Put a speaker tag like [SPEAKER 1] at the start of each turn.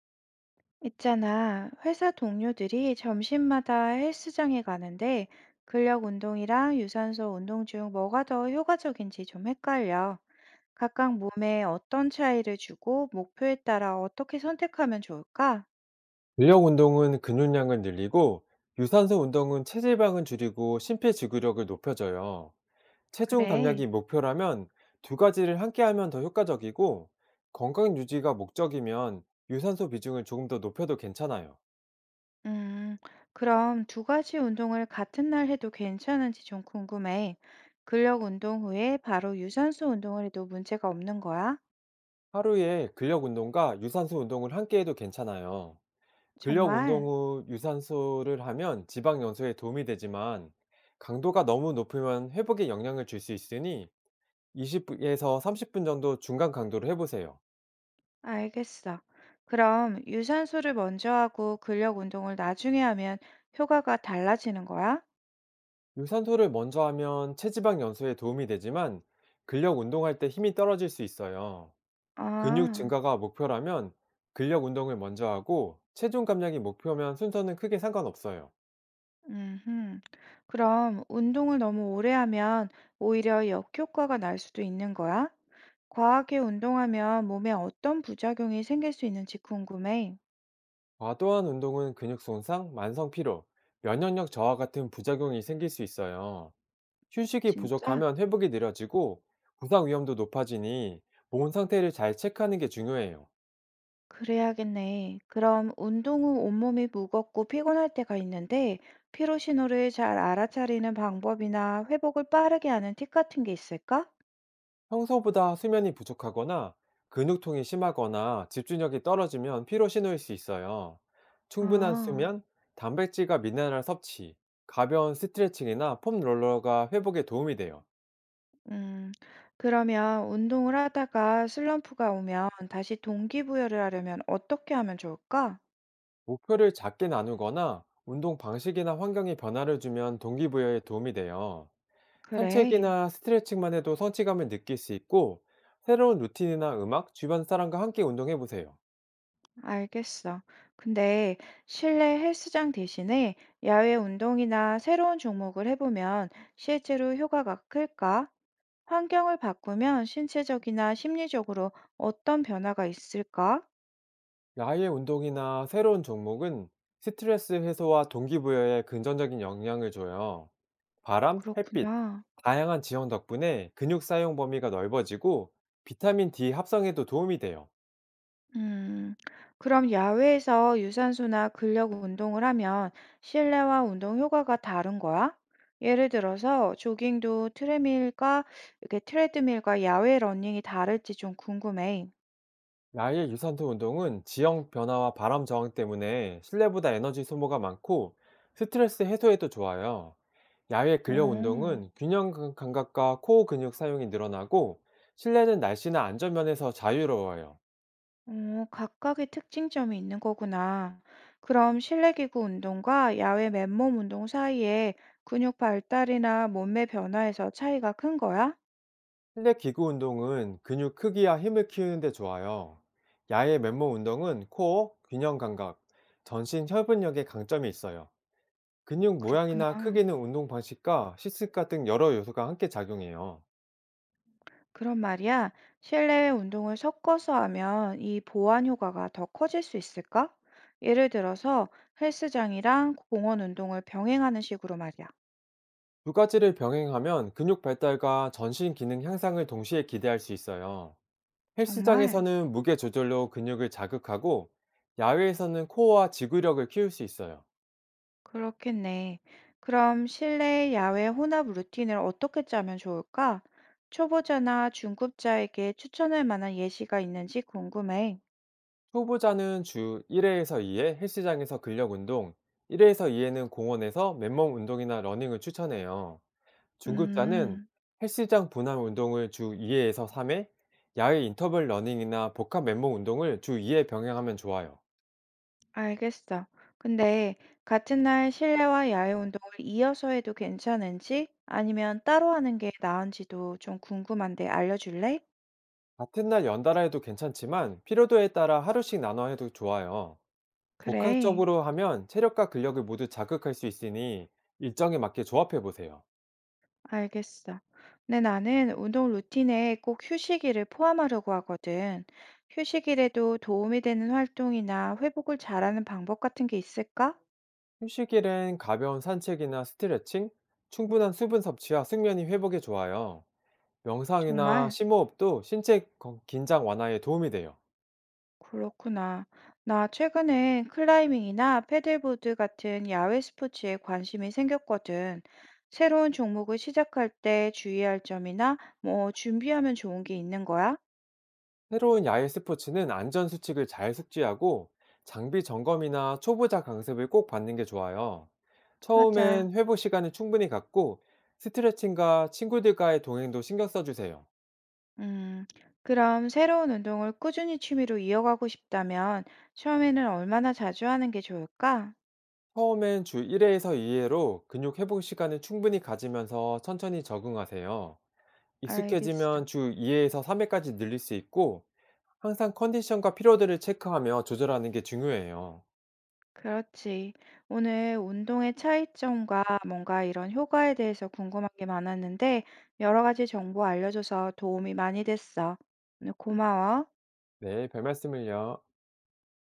[SPEAKER 1] 있잖아, 회사 동료들이 점심마다 헬스장에 가는데 근력 운동이랑 유산소 운동 중 뭐가 더 효과적인지 좀 헷갈려. 각각 몸에 어떤 차이를 주고 목표에 따라 어떻게 선택하면 좋을까?
[SPEAKER 2] 근력 운동은 근육량을 늘리고 유산소 운동은 체지방을 줄이고 심폐지구력을 높여줘요. 체중
[SPEAKER 1] 그래.
[SPEAKER 2] 감량이 목표라면 두 가지를 함께 하면 더 효과적이고 건강 유지가 목적이면 유산소 비중을 조금 더 높여도 괜찮아요.
[SPEAKER 1] 음, 그럼 두 가지 운동을 같은 날 해도 괜찮은지 좀 궁금해. 근력 운동 후에 바로 유산소 운동을 해도 문제가 없는 거야?
[SPEAKER 2] 하루에 근력 운동과 유산소 운동을 함께 해도 괜찮아요. 근력 운동
[SPEAKER 1] 정말?
[SPEAKER 2] 후 유산소를 하면 지방 연소에 도움이 되지만 강도가 너무 높으면 회복에 영향을 줄 수 있으니 20에서 30분 정도 중간 강도로 해보세요.
[SPEAKER 1] 알겠어. 그럼 유산소를 먼저 하고 근력 운동을 나중에 하면 효과가 달라지는 거야?
[SPEAKER 2] 유산소를 먼저 하면 체지방 연소에 도움이 되지만 근력 운동할 때 힘이 떨어질 수 있어요. 근육
[SPEAKER 1] 아,
[SPEAKER 2] 증가가 목표라면 근력 운동을 먼저 하고 체중 감량이 목표면 순서는 크게 상관없어요.
[SPEAKER 1] 음, 그럼 운동을 너무 오래 하면 오히려 역효과가 날 수도 있는 거야? 과하게 운동하면 몸에 어떤 부작용이 생길 수 있는지 궁금해.
[SPEAKER 2] 과도한 운동은 근육 손상, 만성 피로, 면역력 저하 같은 부작용이 생길 수 있어요. 휴식이
[SPEAKER 1] 진짜?
[SPEAKER 2] 부족하면 회복이 느려지고 부상 위험도 높아지니 몸 상태를 잘 체크하는 게 중요해요.
[SPEAKER 1] 그래야겠네. 그럼 운동 후 온몸이 무겁고 피곤할 때가 있는데 피로 신호를 잘 알아차리는 방법이나 회복을 빠르게 하는 팁 같은 게 있을까?
[SPEAKER 2] 평소보다 수면이 부족하거나 근육통이 심하거나 집중력이 떨어지면 피로 신호일 수 있어요. 충분한
[SPEAKER 1] 아,
[SPEAKER 2] 수면, 단백질과 미네랄 섭취, 가벼운 스트레칭이나 폼 롤러가 회복에 도움이 돼요.
[SPEAKER 1] 음, 그러면 운동을 하다가 슬럼프가 오면 다시 동기부여를 하려면 어떻게 하면 좋을까?
[SPEAKER 2] 목표를 작게 나누거나 운동 방식이나 환경에 변화를 주면 동기부여에 도움이 돼요.
[SPEAKER 1] 그래,
[SPEAKER 2] 산책이나 스트레칭만 해도 성취감을 느낄 수 있고 새로운 루틴이나 음악, 주변 사람과 함께 운동해 보세요.
[SPEAKER 1] 알겠어. 근데 실내 헬스장 대신에 야외 운동이나 새로운 종목을 해보면 실제로 효과가 클까? 환경을 바꾸면 신체적이나 심리적으로 어떤 변화가 있을까?
[SPEAKER 2] 야외 운동이나 새로운 종목은 스트레스 해소와 동기부여에 긍정적인 영향을 줘요. 바람, 햇빛,
[SPEAKER 1] 그렇구나.
[SPEAKER 2] 다양한 지형 덕분에 근육 사용 범위가 넓어지고 비타민 D 합성에도 도움이 돼요.
[SPEAKER 1] 음, 그럼 야외에서 유산소나 근력 운동을 하면 실내와 운동 효과가 다른 거야? 예를 들어서 조깅도 트레밀과 이렇게 트레드밀과 야외 러닝이 다를지 좀 궁금해.
[SPEAKER 2] 야외 유산소 운동은 지형 변화와 바람 저항 때문에 실내보다 에너지 소모가 많고 스트레스 해소에도 좋아요. 야외
[SPEAKER 1] 오,
[SPEAKER 2] 근력 운동은 균형 감각과 코어 근육 사용이 늘어나고 실내는 날씨나 안전 면에서 자유로워요.
[SPEAKER 1] 어, 각각의 특징점이 있는 거구나. 그럼 실내 기구 운동과 야외 맨몸 운동 사이에 근육 발달이나 몸매 변화에서 차이가 큰 거야?
[SPEAKER 2] 실내 기구 운동은 근육 크기와 힘을 키우는데 좋아요. 야외 맨몸 운동은 코어, 균형 감각, 전신 협응력에 강점이 있어요. 근육 모양이나
[SPEAKER 1] 그렇구나.
[SPEAKER 2] 크기는 운동 방식과 시스과 등 여러 요소가 함께 작용해요.
[SPEAKER 1] 그런 말이야. 실내외 운동을 섞어서 하면 이 보완 효과가 더 커질 수 있을까? 예를 들어서 헬스장이랑 공원 운동을 병행하는 식으로 말이야.
[SPEAKER 2] 두 가지를 병행하면 근육 발달과 전신 기능 향상을 동시에 기대할 수 있어요.
[SPEAKER 1] 정말
[SPEAKER 2] 헬스장에서는 무게 조절로 근육을 자극하고 야외에서는 코어와 지구력을 키울 수 있어요.
[SPEAKER 1] 그렇겠네. 그럼 실내 야외 혼합 루틴을 어떻게 짜면 좋을까? 초보자나 중급자에게 추천할 만한 예시가 있는지 궁금해.
[SPEAKER 2] 초보자는 주 1회에서 2회 헬스장에서 근력 운동, 1회에서 2회는 공원에서 맨몸 운동이나 러닝을 추천해요. 중급자는
[SPEAKER 1] 음.
[SPEAKER 2] 헬스장 분할 운동을 주 2회에서 3회, 야외 인터벌 러닝이나 복합 맨몸 운동을 주 2회 병행하면 좋아요.
[SPEAKER 1] 알겠어. 근데 같은 날 실내와 야외 운동을 이어서 해도 괜찮은지 아니면 따로 하는 게 나은지도 좀 궁금한데 알려줄래?
[SPEAKER 2] 같은 날 연달아 해도 괜찮지만 피로도에 따라 하루씩 나눠 해도 좋아요.
[SPEAKER 1] 그래,
[SPEAKER 2] 복합적으로 하면 체력과 근력을 모두 자극할 수 있으니 일정에 맞게 조합해 보세요.
[SPEAKER 1] 알겠어. 근데 나는 운동 루틴에 꼭 휴식일을 포함하려고 하거든. 휴식일에도 도움이 되는 활동이나 회복을 잘하는 방법 같은 게 있을까?
[SPEAKER 2] 휴식일엔 가벼운 산책이나 스트레칭, 충분한 수분 섭취와 숙면이 회복에 좋아요. 명상이나
[SPEAKER 1] 정말.
[SPEAKER 2] 심호흡도 신체 긴장 완화에 도움이 돼요.
[SPEAKER 1] 그렇구나. 나 최근에 클라이밍이나 패들보드 같은 야외 스포츠에 관심이 생겼거든. 새로운 종목을 시작할 때 주의할 점이나 뭐 준비하면 좋은 게 있는 거야?
[SPEAKER 2] 새로운 야외 스포츠는 안전 수칙을 잘 숙지하고 장비 점검이나 초보자 강습을 꼭 받는 게 좋아요.
[SPEAKER 1] 맞아.
[SPEAKER 2] 처음엔 회복 시간을 충분히 갖고 스트레칭과 친구들과의 동행도 신경 써주세요.
[SPEAKER 1] 음, 그럼 새로운 운동을 꾸준히 취미로 이어가고 싶다면 처음에는 얼마나 자주 하는 게 좋을까?
[SPEAKER 2] 처음엔 주 1회에서 2회로 근육 회복 시간을 충분히 가지면서 천천히 적응하세요.
[SPEAKER 1] 알겠어.
[SPEAKER 2] 익숙해지면 주 2 회에서 3 회까지 늘릴 수 있고 항상 컨디션과 피로도를 체크하며 조절하는 게 중요해요.
[SPEAKER 1] 그렇지. 오늘 운동의 차이점과 뭔가 이런 효과에 대해서 궁금한 게 많았는데, 여러 가지 정보 알려줘서 도움이 많이 됐어. 오늘 고마워.
[SPEAKER 2] 네, 별말씀을요.